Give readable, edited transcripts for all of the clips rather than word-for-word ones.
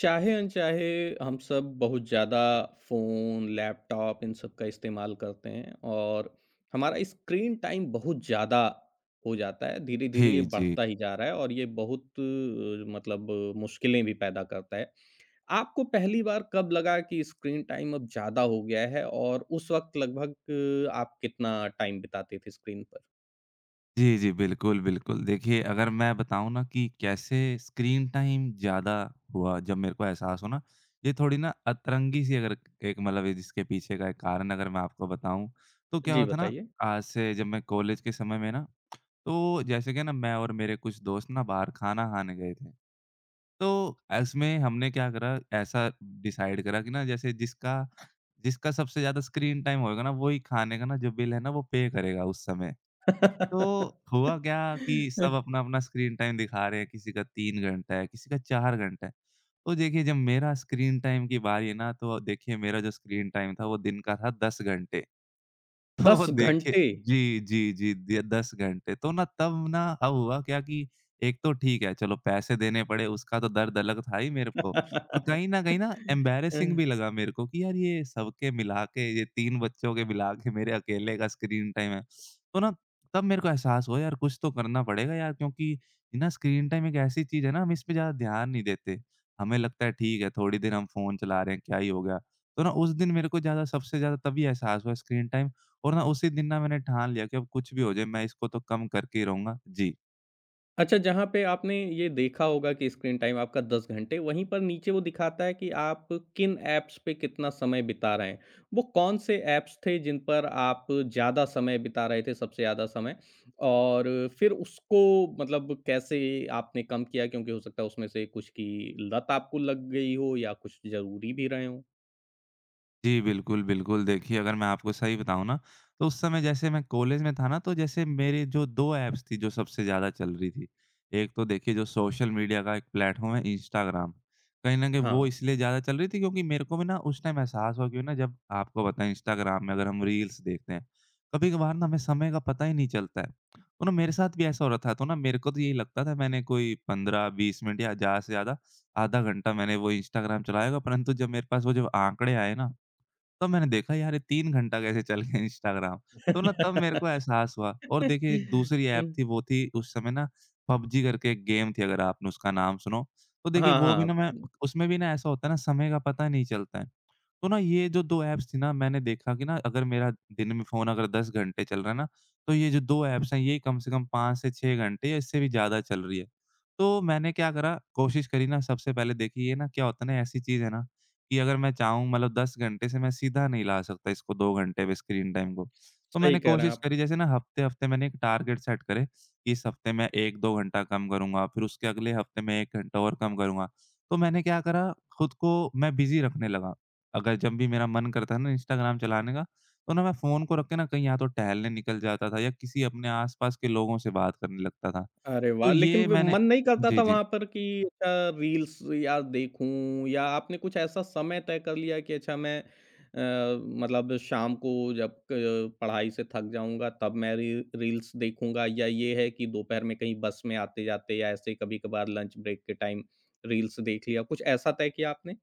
चाहे अनचाहे हम सब बहुत ज़्यादा फ़ोन, लैपटॉप इन सब का इस्तेमाल करते हैं और हमारा स्क्रीन टाइम बहुत ज़्यादा हो जाता है। धीरे-धीरे ये जी, जी। बढ़ता ही जा रहा है और ये बहुत मतलब मुश्किलें भी पैदा करता है। आपको पहली बार कब लगा कि स्क्रीन टाइम अब ज़्यादा हो गया है और उस वक़्त लगभग आप कितना टाइम बिताते थे स्क्रीन पर? जी, जी, बिल्कुल, बिल्कुल। देखिए, अगर मैं बताऊँ ना कि कैसे स्क्रीन टाइम ज़्यादा हुआ, जब मेरे को एहसास हो ना, ये थोड़ी ना अतरंगी-सी, अगर एक मतलब इसके पीछे का एक कारण अगर मैं आपको बताऊँ, तो क्या जी, हुआ था ना। बताइए। आज से जब मैं कॉलेज के समय में ना, तो जैसे कि ना मैं और मेरे कुछ दोस्त ना बाहर खाना खाने गए थे। तो इसमें हमने क्या करा, ऐसा डिसाइड करा कि ना जैसे जिसका जिसका सबसे ज़्यादा स्क्रीन टाइम होएगा ना, वही खाने का ना जो बिल है ना, वो पे करेगा उस समय। तो हुआ क्या कि सब अपना-अपना स्क्रीन टाइम दिखा रहे हैं, किसी का 3 घंटा है, किसी का 4 घंटा है। तो देखिए, जब मेरा स्क्रीन टाइम की बारी है ना, तो देखिए मेरा जो स्क्रीन टाइम था वो दिन का था 10 घंटे। तो 10 देखिए, घंटे! जी, जी, जी, द 10 घंटे। तो ना तब ना अब हुआ क्या कि एक तो ठीक है, चलो पैसे देने पड़े, उसका तो दर्द अलग था ही मेरे को और कहीं न कहीं ना अ, एम्बैरेसिंग भी लगा मेरे को, कि यार ये सबके मिला के, ये 3 बच्चों के मिला के मेरे अकेले का स्क्रीन टाइम है। तो ना तब मेरे को एहसास हुआ, यार कुछ तो करना पड़ेगा यार, क्योंकि ये ना स्क्रीन टाइम एक ऐसी चीज़ है ना, हम इस पे ज़्यादा ध्यान नहीं देते। हमें लगता है ठीक है, थोड़ी देर हम फ़ोन चला रहे हैं, क्या ही हो गया। तो ना उस दिन मेरे को ज़्यादा, सबसे ज़्यादा तभी एहसास हुआ स्क्रीन टाइम और ना उसी दिन ना मैंने ठान लिया कि अब कुछ भी हो जाए, मैं इसको तो कम करके ही रहूँगा। जी। अच्छा, जहाँ पे आपने ये देखा होगा कि स्क्रीन टाइम आपका 10 घंटे, वहीं पर नीचे वो दिखाता है कि आप किन ऐप्स पे कितना समय बिता रहे हैं। वो कौन-से ऐप्स थे जिन पर आप ज़्यादा समय बिता रहे थे, सबसे ज़्यादा समय? और फिर उसको मतलब कैसे आपने कम किया? क्योंकि हो सकता है उसमें से कुछ की लत आपको लग गई हो या कुछ ज़रूरी भी रहे हों। जी, बिल्कुल, बिल्कुल। देखिए, अगर मैं आपको सही बताऊँ ना, तो उस समय जैसे मैं कॉलेज में था ना, तो जैसे मेरे जो 2 ऐप्स थी, जो सबसे ज़्यादा चल रही थी। एक तो देखिए, जो सोशल मीडिया का एक प्लेटफ़ॉर्म है, इंस्टाग्राम। कहीं न कहीं वो हाँ। इसलिए ज़्यादा चल रही थी, क्योंकि मेरे को भी ना उस टाइम एहसास हुआ क्यों ना, जब आपको पता है, इंस्टाग्राम में अगर हम रील्स देखते हैं, कभी-कभार ना हमें समय का पता ही नहीं चलता है। तो ना मेरे साथ भी ऐसा हो रहा था, तो ना मेरे को तो यही लगता था, मैंने कोई 15-20 मिनट या ज़्यादा से ज़्यादा आधा घंटा मैंने वो इंस्टाग्राम चलाया होगा, परंतु जब मेरे पास वो जो आंकड़े आए ना, तो मैंने देखा यार ये 3 घंटा कैसे चल गया इंस्टाग्राम। तो ना तब मेरे को एहसास हुआ और देखिए एक दूसरी हुँ। ऐप थी, वो थी उस समय ना पबजी करके एक गेम थी, अगर आपने उसका नाम सुनो। तो देखिए हाँ, वो भी ना हाँ। मैं उसमें भी ना ऐसा होता है ना, समय का पता नहीं चलता है। तो ना ये जो 2 ऐप्स थी ना मैंने देखा कि ना अगर मेरा दिन में फ़ोन अगर 10 घंटे चल रहा है ना, तो ये जो 2 ऐप्स हैं ये कम से कम 5 से 6 घंटे या इससे भी ज़्यादा चल रही है। तो मैंने क्या करा, कोशिश करी ना सबसे पहले, देखिए ये ना क्या होता है ना, ऐसी चीज़ है ना कि अगर मैं चाहूँ मतलब 10 घंटे से मैं सीधा नहीं ला सकता इसको 2 घंटे पे, स्क्रीन टाइम को। तो सही मैंने कह रहे हैं कोशिश आप। करी, जैसे ना हफ़्ते-हफ़्ते मैंने एक टारगेट सेट करे, कि इस हफ़्ते मैं 1-2 घंटा कम करूँगा, फिर उसके अगले हफ़्ते मैं 1 घंटा और कम करूँगा। तो मैंने क्या करा, खुद को मैं बिज़ी रखने लगा। अगर जब भी मेरा मन करता है ना इंस्टाग्राम चलाने का, तो ना मैं फ़ोन को रख के ना कहीं या तो टहलने निकल जाता था या किसी अपने आस-पास के लोगों से बात करने लगता था। अरे तो वाह! लेकिन ये व मैंने मन नहीं करता जी, था जी। वहाँ पर कि अच्छा रील्स या देखूँ या आपने कुछ ऐसा समय तय कर लिया कि अच्छा मैं मतलब शाम को जब क पढ़ाई से थक जाऊँगा तब मैं री रील्स देखूँगा या ये है कि दोपहर में कहीं बस में आते-जाते या ऐसे ही कभी-कभार लंच ब्रेक के टाइम रील्स देख लिया, कुछ ऐसा तय किया आपने?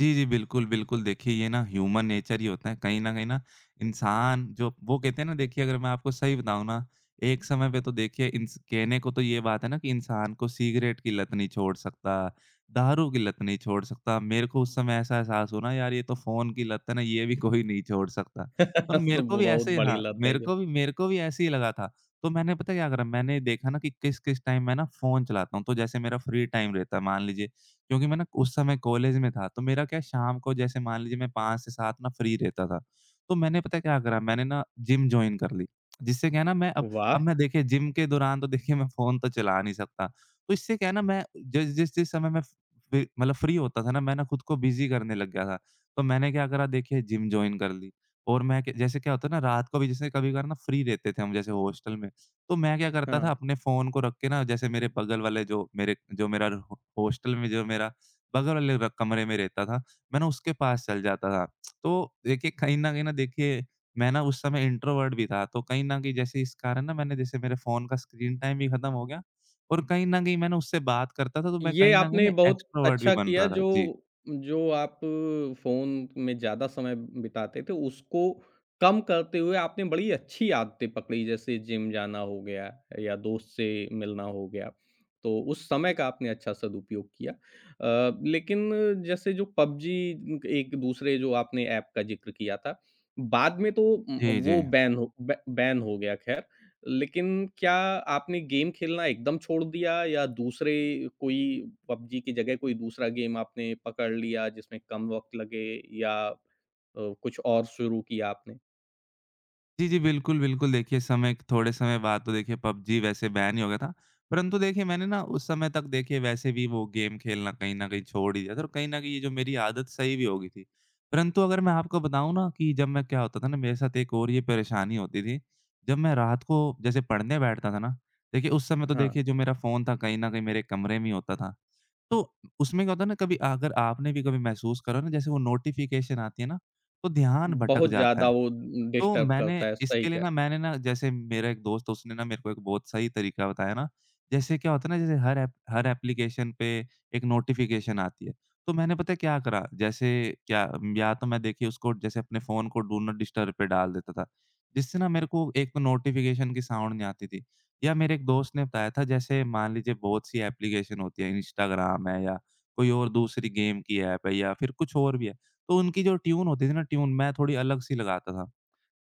जी, जी। बिल्कुल, बिल्कुल। देखिए, ये ना ह्यूमन नेचर ही होता है। कहीं न कहीं ना इंसान जो वो कहते हैं ना, देखिए अगर मैं आपको सही बताऊँ ना, एक समय पे तो देखिए, इंस कहने को तो ये बात है ना कि इंसान को सिगरेट की लत नहीं छोड़ सकता, दारू की लत नहीं छोड़ सकता। मेरे को उस समय ऐसा एहसास हुआ ना, यार ये तो फ़ोन की लत है ना, ये भी कोई नहीं छोड़ सकता। और मेरे तो को भी बहुत ऐसे, बड़ी हाँ, लत है मेरे ये। को भी मेरे को भी ऐसे ही लगा था। तो मैंने पता है क्या करा, मैंने देखा ना कि किस-किस टाइम मैं ना फ़ोन चलाता हूँ। तो जैसे मेरा फ्री टाइम रहता है, मान लीजिए क्योंकि मैं ना उस समय कॉलेज में था, तो मेरा क्या, शाम को जैसे मान लीजिए मैं 5 से 7 ना फ्री रहता था। तो मैंने पता है क्या करा, मैंने ना जिम जॉइन कर ली। जिससे क्या है ना, मैं अब वाह! मैं देखिए जिम के दौरान तो देखिए मैं फ़ोन तो चला नहीं सकता। तो इससे क्या है ना, मैं जिस जिस जिस समय मैं फ़्री, मतलब फ्री होता था ना, मैं ना खुद को बिज़ी करने लग गया था। तो मैंने क्या करा, देखिए जिम जॉइन कर ली और मैं क जैसे क्या होता है ना, रात को भी जैसे कभी-कभार ना फ्री रहते थे हम, जैसे हॉस्टल में। तो मैं क्या करता था, हाँ। अपने फ़ोन को रख के ना जैसे मेरे बगल वाले, जो मेरे जो मेरा हो हॉस्टल में, जो मेरा बगल वाले र कमरे में रहता था, मैं ना उसके पास चल जाता था। तो देखिए कहीं न कहीं ना, देखिए मैं ना उस समय इंट्रोवर्ट भी था, तो कहीं न कहीं जैसे इस कारण ना मैंने, जैसे मेरे फ़ोन का स्क्रीन टाइम भी खत्म हो गया और कहीं न कहीं मैं ना उससे बात करता था, तो मैं ये कहीं न कहीं आपने ना बहुत एक्स्ट्रोवर्ट भी अच्छा बन किया रहा था। जो जी। जो आप फ़ोन में ज़्यादा समय बिताते थे, उसको कम करते हुए आपने बड़ी अच्छी आदतें पकड़ी, जैसे जिम जाना हो गया या दोस्त से मिलना हो गया, तो उस समय का आपने अच्छा सदुपयोग किया। लेकिन जैसे जो पबजी एक दूसरे जो आपने ऐप का ज़िक्र किया था, बाद में तो जी, जी। वो बैन हो गया ख़ैर। लेकिन क्या आपने गेम खेलना एकदम छोड़ दिया या दूसरे कोई पबजी की जगह कोई दूसरा गेम आपने पकड़ लिया जिसमें कम वक़्त लगे या कुछ और शुरू किया आपने? जी, जी। बिल्कुल, बिल्कुल। देखिए, समय, थोड़े समय बाद तो देखिए पबजी वैसे बैन ही हो गया था। परंतु देखिए मैंने ना उस समय तक देखिए वैसे भी वो गेम खेलना कहीं न कहीं छोड़ ही दिया था और कहीं न कहीं ये जो मेरी आदत सही भी हो गई थी। परंतु अगर मैं आपको बताऊँ ना कि जब मैं, क्या होता था ना मेरे साथ एक और ये परेशानी होती थी, जब मैं रात को जैसे पढ़ने बैठता था ना, देखिए उस समय तो हाँ, देखिए, जो मेरा फ़ोन था कहीं न कहीं मेरे कमरे में ही होता था। तो उसमें क्या होता है ना, कभी अगर आपने भी कभी महसूस करा ना, जैसे वो नोटिफ़िकेशन आती है ना, तो ध्यान भटक बहुत जाता ज़्यादा है। वो तो डिस्टर्ब मैंने करता है, सही इसके लिए कह ना, मैंने ना जैसे मेरा एक दोस्त है, उसने ना मेरे को एक बहुत सही तरीका बताया ना, जैसे क्या होता है ना, जैसे हर एप, हर एप्लीकेशन पे एक नोटिफ़िकेशन आती है। तो मैंने पता है क्या करा, जैसे क्या, या तो मैं देखिए उसको जैसे अपने फ़ोन को डू नॉट डिस्टर्ब पे डाल देता था, जिससे ना मेरे को एक तो नोटिफ़िकेशन की साउंड नहीं आती थी। या मेरे एक दोस्त ने बताया था, जैसे मान लीजिए बहुत सी एप्लीकेशन होती है, इंस्टाग्राम है या कोई और दूसरी गेम की ऐप है या फिर कुछ और भी है। तो उनकी जो ट्यून होती थी ना, ट्यून मैं थोड़ी अलग सी लगाता था।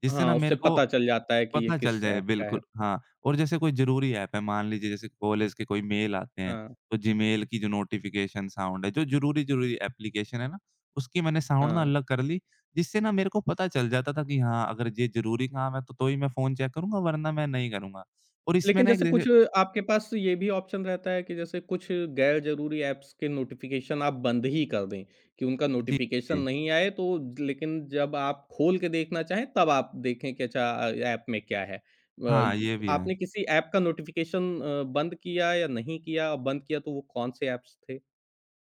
जिससे ना हाँ, मेरे उससे को पता चल जाता है कि ये पता चल किस जाए, ऐप का है। बिल्कुल हाँ, और जैसे कोई ज़रूरी ऐप है, मान लीजिए जैसे कॉलेज के कोई मेल आते हैं, हाँ, तो जीमेल की जो नोटिफ़िकेशन साउंड है, जो ज़रूरी-ज़रूरी एप्लीकेशन है ना, उसकी मैंने साउंड ना हाँ। अलग कर ली, जिससे ना मेरे को पता चल जाता था कि हाँ, अगर ये ज़रूरी काम है, तो ही मैं फ़ोन चेक करूँगा, वरना मैं नहीं करूँगा। और इसमें लेकिन ना एक जैसे देखिए, कुछ आपके पास ये भी ऑप्शन रहता है कि जैसे कुछ गैर ज़रूरी ऐप्स के नोटिफ़िकेशन आप बंद ही कर दें, कि उनका जी, नोटिफ़िकेशन जी। नहीं आए तो लेकिन जब आप खोल के देखना चाहें तब आप देखें कि अच्छा ऐप में क्या है? हाँ, तो ये भी है। आपने किसी ऐप का नोटिफ़िकेशन बंद किया या नहीं किया? और बंद किया तो वो कौन से ऐप्स थे?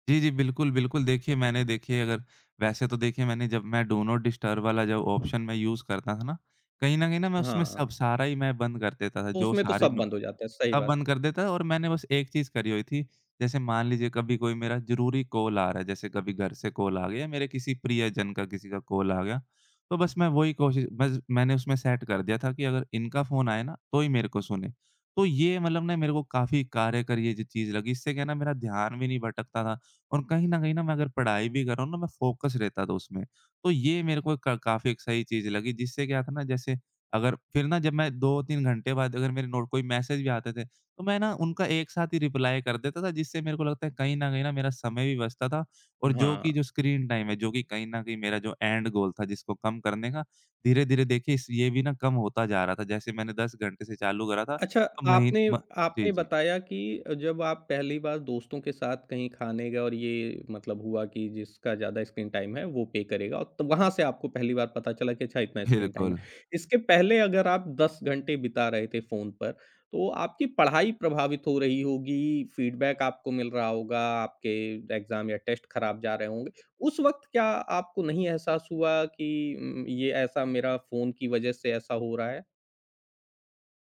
जी, जी। बिल्कुल, बिल्कुल। देखिए, मैंने देखिए अगर वैसे तो देखिए मैंने, जब मैं डू नॉट डिस्टर्ब वाला जब ऑप्शन मैं यूज़ करता था ना, कहीं न कहीं ना मैं उसमें सब हाँ, सारा ही मैं बंद कर देता था, तो जो उसमें तो सारी सब नो बंद हो जाता है, सही सब बात। बंद कर देता है और मैंने बस एक चीज़ करी हुई थी, जैसे मान लीजिए कभी कोई मेरा ज़रूरी कॉल आ रहा है, जैसे कभी घर से कॉल आ गया, मेरे किसी प्रियजन का, किसी का कॉल आ गया, तो बस मैं वही कोशिश, बस मैंने उसमें सेट कर दिया था कि अगर इनका फ़ोन आए ना, तो ही मेरे को सुने। तो ये मतलब ना मेरे को काफ़ी कार्यकरी ये जो चीज़ लगी, इससे क्या है ना, मेरा ध्यान भी नहीं भटकता था और कहीं न कहीं ना मैं अगर पढ़ाई भी कर रहा हूँ ना, मैं फ़ोकस रहता था उसमें। तो ये मेरे को क काफ़ी एक सही चीज़ लगी, जिससे क्या था ना, जैसे अगर फिर ना जब मैं 2-3 घंटे बाद अगर मेरे नोट कोई मैसेज भी आते थे, तो मैं ना उनका एक साथ ही रिप्लाई कर देता था, जिससे मेरे को लगता है कहीं न कहीं ना मेरा समय भी बचता था और जो हाँ। कि जो स्क्रीन टाइम है, जो कि कहीं न कहीं मेरा जो एंड गोल था जिसको कम करने का, धीरे-धीरे देखिए इस ये भी ना कम होता जा रहा था। जैसे मैंने 10 घंटे से चालू करा था, अच्छा, तो मही आपने म जी, आपने जी। बताया कि जब आप पहली बार दोस्तों के साथ कहीं खाने गए और ये मतलब हुआ कि जिसका ज़्यादा स्क्रीन टाइम है वो पे करेगा और तब वहाँ से आपको पहली बार पता चला कि अच्छा इतना स्क्रीन टाइम है। बिल्कुल। इसके पहले अगर आप 10 घंटे बिता रहे थे फ़ोन पर, तो आपकी पढ़ाई प्रभावित हो रही होगी, फीडबैक आपको मिल रहा होगा, आपके एग्ज़ाम या टेस्ट खराब जा रहे होंगे। उस वक़्त क्या आपको नहीं एहसास हुआ कि ये ऐसा मेरा फ़ोन की वज़ह से ऐसा हो रहा है?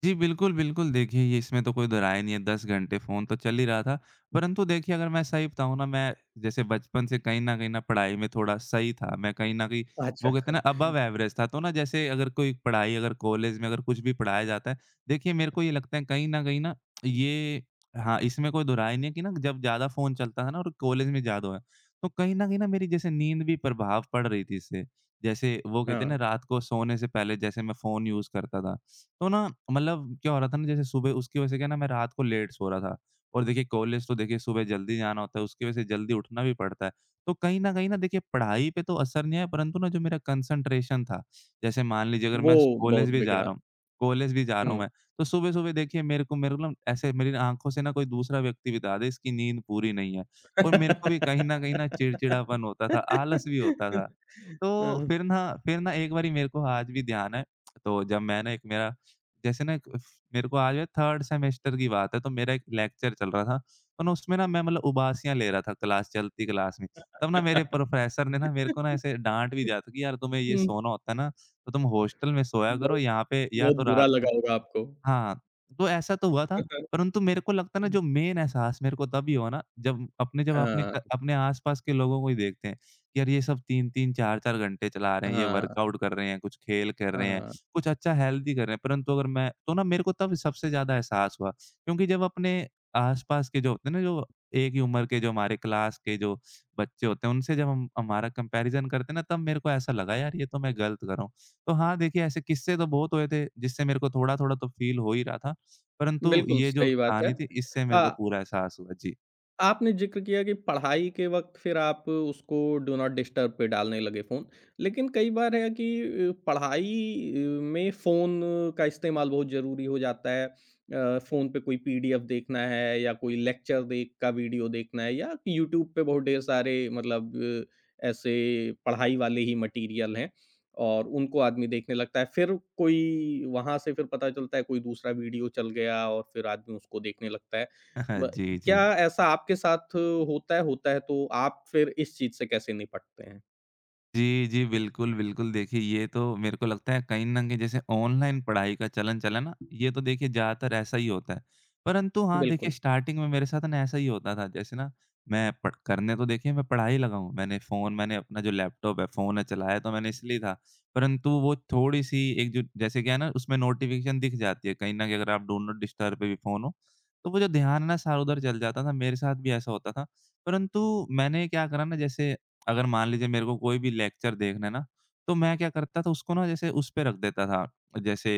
जी, बिल्कुल, बिल्कुल। देखिए, ये इसमें तो कोई दो राय नहीं है, 10 घंटे फ़ोन तो चल ही रहा था। परंतु देखिए, अगर मैं सही बताऊँ ना, मैं जैसे बचपन से कहीं न कहीं ना पढ़ाई में थोड़ा सही था। मैं कहीं न कहीं वो अच्छा। कहते हैं ना अबव एवरेज था। तो ना जैसे अगर कोई पढ़ाई अगर कॉलेज में अगर कुछ भी पढ़ाया जाता है, देखिए मेरे को ये लगता है कहीं न कहीं ना ये। हाँ, इसमें कोई दो राय नहीं है कि ना जब ज़्यादा फ़ोन चलता था ना और कॉलेज में ज़्यादा हुआ है, तो कहीं न कहीं ना मेरी जैसे नींद भी प्रभाव पड़ रही थी इससे। जैसे वो कहते हैं ना, हाँ। रात को सोने से पहले जैसे मैं फ़ोन यूज़ करता था, तो ना मतलब क्या हो रहा था ना, जैसे सुबह उसकी वजह से क्या ना, मैं रात को लेट सो रहा था। और देखिए, कॉलेज तो देखिए सुबह जल्दी जाना होता है, उसकी वजह से जल्दी उठना भी पड़ता है। तो कहीं ना देखिए पढ़ाई पे तो असर नहीं आया, परंतु ना जो मेरा कंसंट्रेशन था, जैसे मान लीजिए अगर वो मैं कॉलेज बहुत भी जा बिगड़ा। रहा हूँ, हुँ। मैं। तो सुबह सुबह देखिए मेरे को ना ऐसे मेरी आंखों से ना कोई दूसरा व्यक्ति बिता दे इसकी नींद पूरी नहीं है। और मेरे को भी कहीं ना चिड़चिड़ापन होता था, आलस भी होता था। तो हाँ। फिर ना एक बारी मेरे को आज भी ध्यान है। तो जब मैं ना एक मेरा, जैसे ना मेरे को आज है थर्ड सेमेस्टर की बात है, तो मेरा एक लेक्चर चल रहा था, तो ना उसमें ना मैं मतलब उबासियाँ ले रहा था, क्लास चलती क्लास में। तब ना मेरे प्रोफेसर ने ना मेरे को ना हुँ, ऐसे डाँट भी दिया था कि यार, तुम्हें ये सोना होता है ना, तो तुम हॉस्टल में सोया करो बहुत यहाँ पे या तो बहुत बुरा रात को। लगा होगा आपको। हाँ, तो ऐसा तो हुआ था, परंतु मेरे को लगता है ना जो मेन एहसास मेरे को तभी हुआ ना जब आपने हाँ, क अपने आस-पास के लोगों को ही देखते हैं, कि यार ये सब 3-3 4-4 घंटे चला रहे हैं, ये हाँ, वर्कआउट कर रहे हैं, कुछ खेल कर रहे हैं, हाँ, कुछ अच्छा हेल्दी कर रहे हैं, परंतु अगर मैं तो ना मेरे को तब सबसे ज़्यादा एहसास हुआ, क्योंकि जब अपने आस-पास के जो होते हैं ना, जो एक ही उम्र के जो हमारे क्लास के जो बच्चे होते हैं, उनसे जब हम हमारा कंपैरिज़न करते हैं ना, तब मेरे को ऐसा लगा यार ये तो मैं गलत कर रहा हूँ। तो हाँ, देखिए ऐसे किस्से तो बहुत हुए थे, जिससे मेरे को थोड़ा-थोड़ा तो फ़ील हो ही रहा था, परंतु बिल्कुल ये जो सही बात है। कहानी थी इससे मेरे अ को पूरा एहसास हुआ। जी। आपने ज़िक्र किया कि पढ़ाई के वक़्त फिर आप उसको डू नॉट डिस्टर्ब पे डालने लगे फ़ोन। लेकिन कई बार है कि पढ़ाई में फ़ोन का इस्तेमाल बहुत ज़रूरी हो जाता है। फ़ोन पे कोई पीडीएफ देखना है या कोई लेक्चर देख का वीडियो देखना है या यूट्यूब पे बहुत ढेर सारे मतलब ऐसे पढ़ाई वाले ही मटीरियल हैं और उनको आदमी देखने लगता है। फिर कोई वहाँ से फिर पता चलता है कोई दूसरा वीडियो चल गया और फिर आदमी उसको देखने लगता है। ब जी, जी। क्या ऐसा आपके साथ होता है? होता है तो आप फिर इस चीज़ से कैसे निपटते हैं? जी, जी। बिल्कुल, बिल्कुल। देखिए, ये तो मेरे को लगता है कहीं न कहीं जैसे ऑनलाइन पढ़ाई का चलन चला ना, ये तो देखिए ज़्यादातर ऐसा ही होता है। परंतु हाँ, देखिए बिल्कुल। स्टार्टिंग में मेरे साथ ना ऐसा ही होता था। जैसे ना मैं पढ़ करने तो देखिए मैं पढ़ा ही लगा हूँ। मैंने अपना जो लैपटॉप है, फ़ोन है चलाया तो मैंने इसलिए था। परंतु वो थोड़ी-सी एक जो जैसे क्या है ना, उसमें नोटिफ़िकेशन दिख जाती है कहीं न कहीं, अगर आप डू नॉट डिस्टर्ब पे भी फ़ोन हो। तो वो जो ध्यान है ना सारा उधर चल जाता था, मेरे साथ भी ऐसा होता था। परंतु मैंने क्या करा ना, जैसे अगर मान लीजिए मेरे को कोई भी लेक्चर देखना है ना, तो मैं क्या करता था उसको ना जैसे उस पे रख देता था। जैसे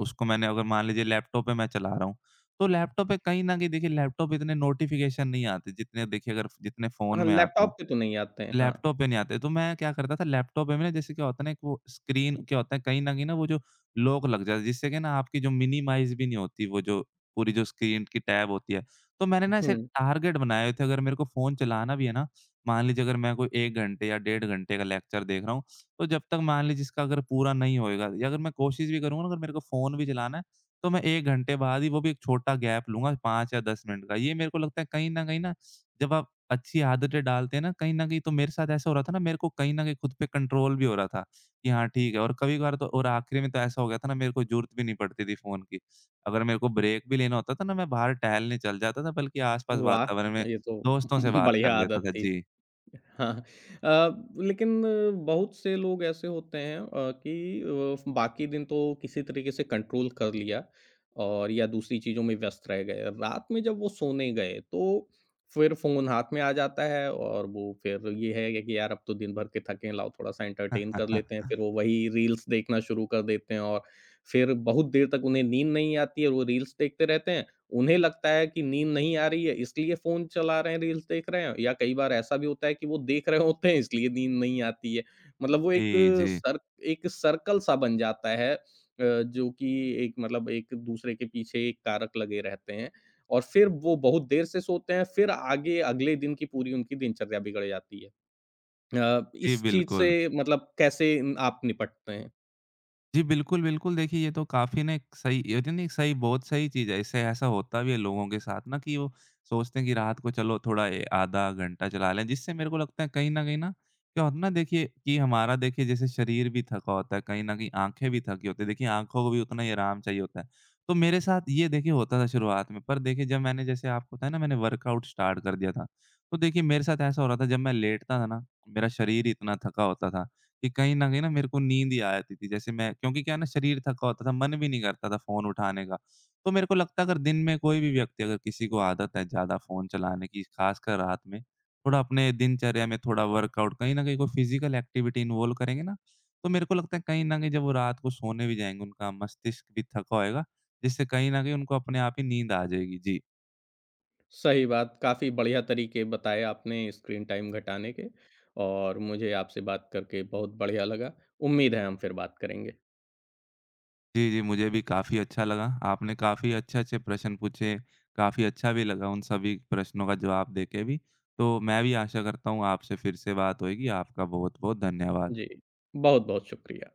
उसको मैंने अगर मान लीजिए लैपटॉप पे मैं चला रहा हूँ, तो लैपटॉप पे कहीं न कहीं देखिए लैपटॉप इतने नोटिफ़िकेशन नहीं आते जितने देखिए अगर जितने फ़ोन हाँ, में आते हैं। लैपटॉप पे तो नहीं आते हैं, हाँ। लैपटॉप पे नहीं आते, तो मैं क्या करता था लैपटॉप पे ना जैसे क्या होता है ना, एक वो स्क्रीन क्या होता है कहीं न कहीं ना वो जो लॉक लग जाता है, जिससे कि ना आपकी जो मिनिमाइज़ भी नहीं होती वो जो पूरी जो स्क्रीन की टैब होती है। तो मैंने ना ऐसे हुँ, टारगेट बनाए हुए थे, अगर मेरे को फ़ोन चलाना भी है ना, मान लीजिए अगर मैं कोई 1 घंटे या 1.5 घंटे का लेक्चर देख रहा हूँ, तो जब तक मान लीजिए इसका अगर पूरा नहीं होएगा, या अगर मैं कोशिश भी करूँगा ना, अगर मेरे को फ़ोन भी चलाना है, तो मैं 1 घंटे बाद ही वो भी एक छोटा गैप लूँगा 5 या 10 मिनट का। ये मेरे को लगता है कहीं न कहीं ना जब आप अच्छी आदतें डालते हैं ना, कहीं न कहीं तो मेरे साथ ऐसा हो रहा था ना, मेरे को कहीं न कहीं खुद पे कंट्रोल भी हो रहा था कि हाँ, ठीक है। और कभी-कभार तो, और आखिरी में तो ऐसा हो गया था ना, मेरे को ज़रूरत भी नहीं पड़ती थी फ़ोन की। अगर मेरे को ब्रेक भी लेना होता था ना, मैं बाहर टहलने चल जाता था, बल्कि आस-पास वाह! वातावरण में ये तो दोस्तों से बात कर बढ़िया लेता आदत था। थी। जी। हाँ लेकिन बहुत से लोग ऐसे होते हैं कि बाकी दिन तो किसी तरीके से कंट्रोल कर लिया और या दूसरी चीज़ों में व्यस्त रह गए रात में जब वो सोने गए तो फिर फ़ोन हाथ में आ जाता है और वो फिर ये है कि यार अब तो दिन भर के थके हैं, लाओ थोड़ा-सा एंटरटेन कर लेते हैं फिर वो वही रील्स देखना शुरू कर देते हैं और फिर बहुत देर तक उन्हें नींद नहीं आती है और वो रील्स देखते रहते हैं उन्हें लगता है कि नींद नहीं आ रही है इसलिए फ़ोन चला रहे हैं, रील्स देख रहे हैं या कई बार ऐसा भी होता है कि वो देख रहे होते हैं इसलिए नींद नहीं आती है। मतलब वो एक जी, जी। सर एक सर्कल सा बन जाता है जो कि एक मतलब एक दूसरे के पीछे एक कारक लगे रहते हैं और फिर वो बहुत देर से सोते हैं, फिर आगे अगले दिन की पूरी उनकी दिनचर्या बिगड़ जाती है। जी, इस चीज़ बिल्कुल। से मतलब कैसे आप निपटते हैं? जी, बिल्कुल, बिल्कुल। देखिए, ये तो काफ़ी ना एक सही ये तो नहीं सही बहुत सही चीज़ है। इससे ऐसा होता भी है लोगों के साथ ना कि वो सोचते हैं कि रात को चलो थोड़ा ए आधा घंटा चला लें, जिससे मेरे को लगता है कहीं न कहीं ना क्या होता है ना, देखिए कि हमारा देखिए जैसे शरीर भी थका होता है, कहीं न कहीं आँखें भी थकी होती हैं। देखिए, आँखों को भी उतना ही आराम चाहिए होता है। तो मेरे साथ ये देखिए होता था शुरुआत में, पर देखिए जब मैंने जैसे आपको बताया ना, मैंने वर्कआउट स्टार्ट कर दिया था, तो देखिए मेरे साथ ऐसा हो रहा था, जब मैं लेटता था ना, मेरा शरीर ही इतना थका होता था कि कहीं न कहीं ना मेरे को नींद ही आ जाती थी। जैसे मैं क्योंकि क्या है ना शरीर थका होता था, मन भी नहीं करता था फ़ोन उठाने का। तो मेरे को लगता है, अगर दिन में कोई भी व्यक्ति अगर किसी को आदत है ज़्यादा फ़ोन चलाने की, ख़ासकर रात में, थोड़ा अपने दिनचर्या में थोड़ा वर्कआउट कहीं न कहीं कोई फ़िज़िकल एक्टिविटी इन्वॉल्व करेंगे ना, तो मेरे को लगता है कहीं न कहीं जब वो रात को सोने भी जाएँगे, उनका मस्तिष्क भी थका होएगा, जिससे कहीं न कहीं उनको अपने आप ही नींद आ जाएगी। जी। सही बात, काफ़ी बढ़िया तरीके बताए आपने स्क्रीन टाइम घटाने के और मुझे आपसे बात करके बहुत बढ़िया लगा। उम्मीद है हम फिर बात करेंगे। जी, जी, मुझे भी काफ़ी अच्छा लगा। आपने काफ़ी अच्छे-अच्छे प्रश्न पूछे, काफ़ी अच्छा भी लगा उन सभी प्रश्नों का जवाब देके भी। तो मैं भी आशा करता हूँ आपसे फिर से बात होएगी। आपका बहुत-बहुत धन्यवाद। जी, बहुत-बहुत शुक्रिया।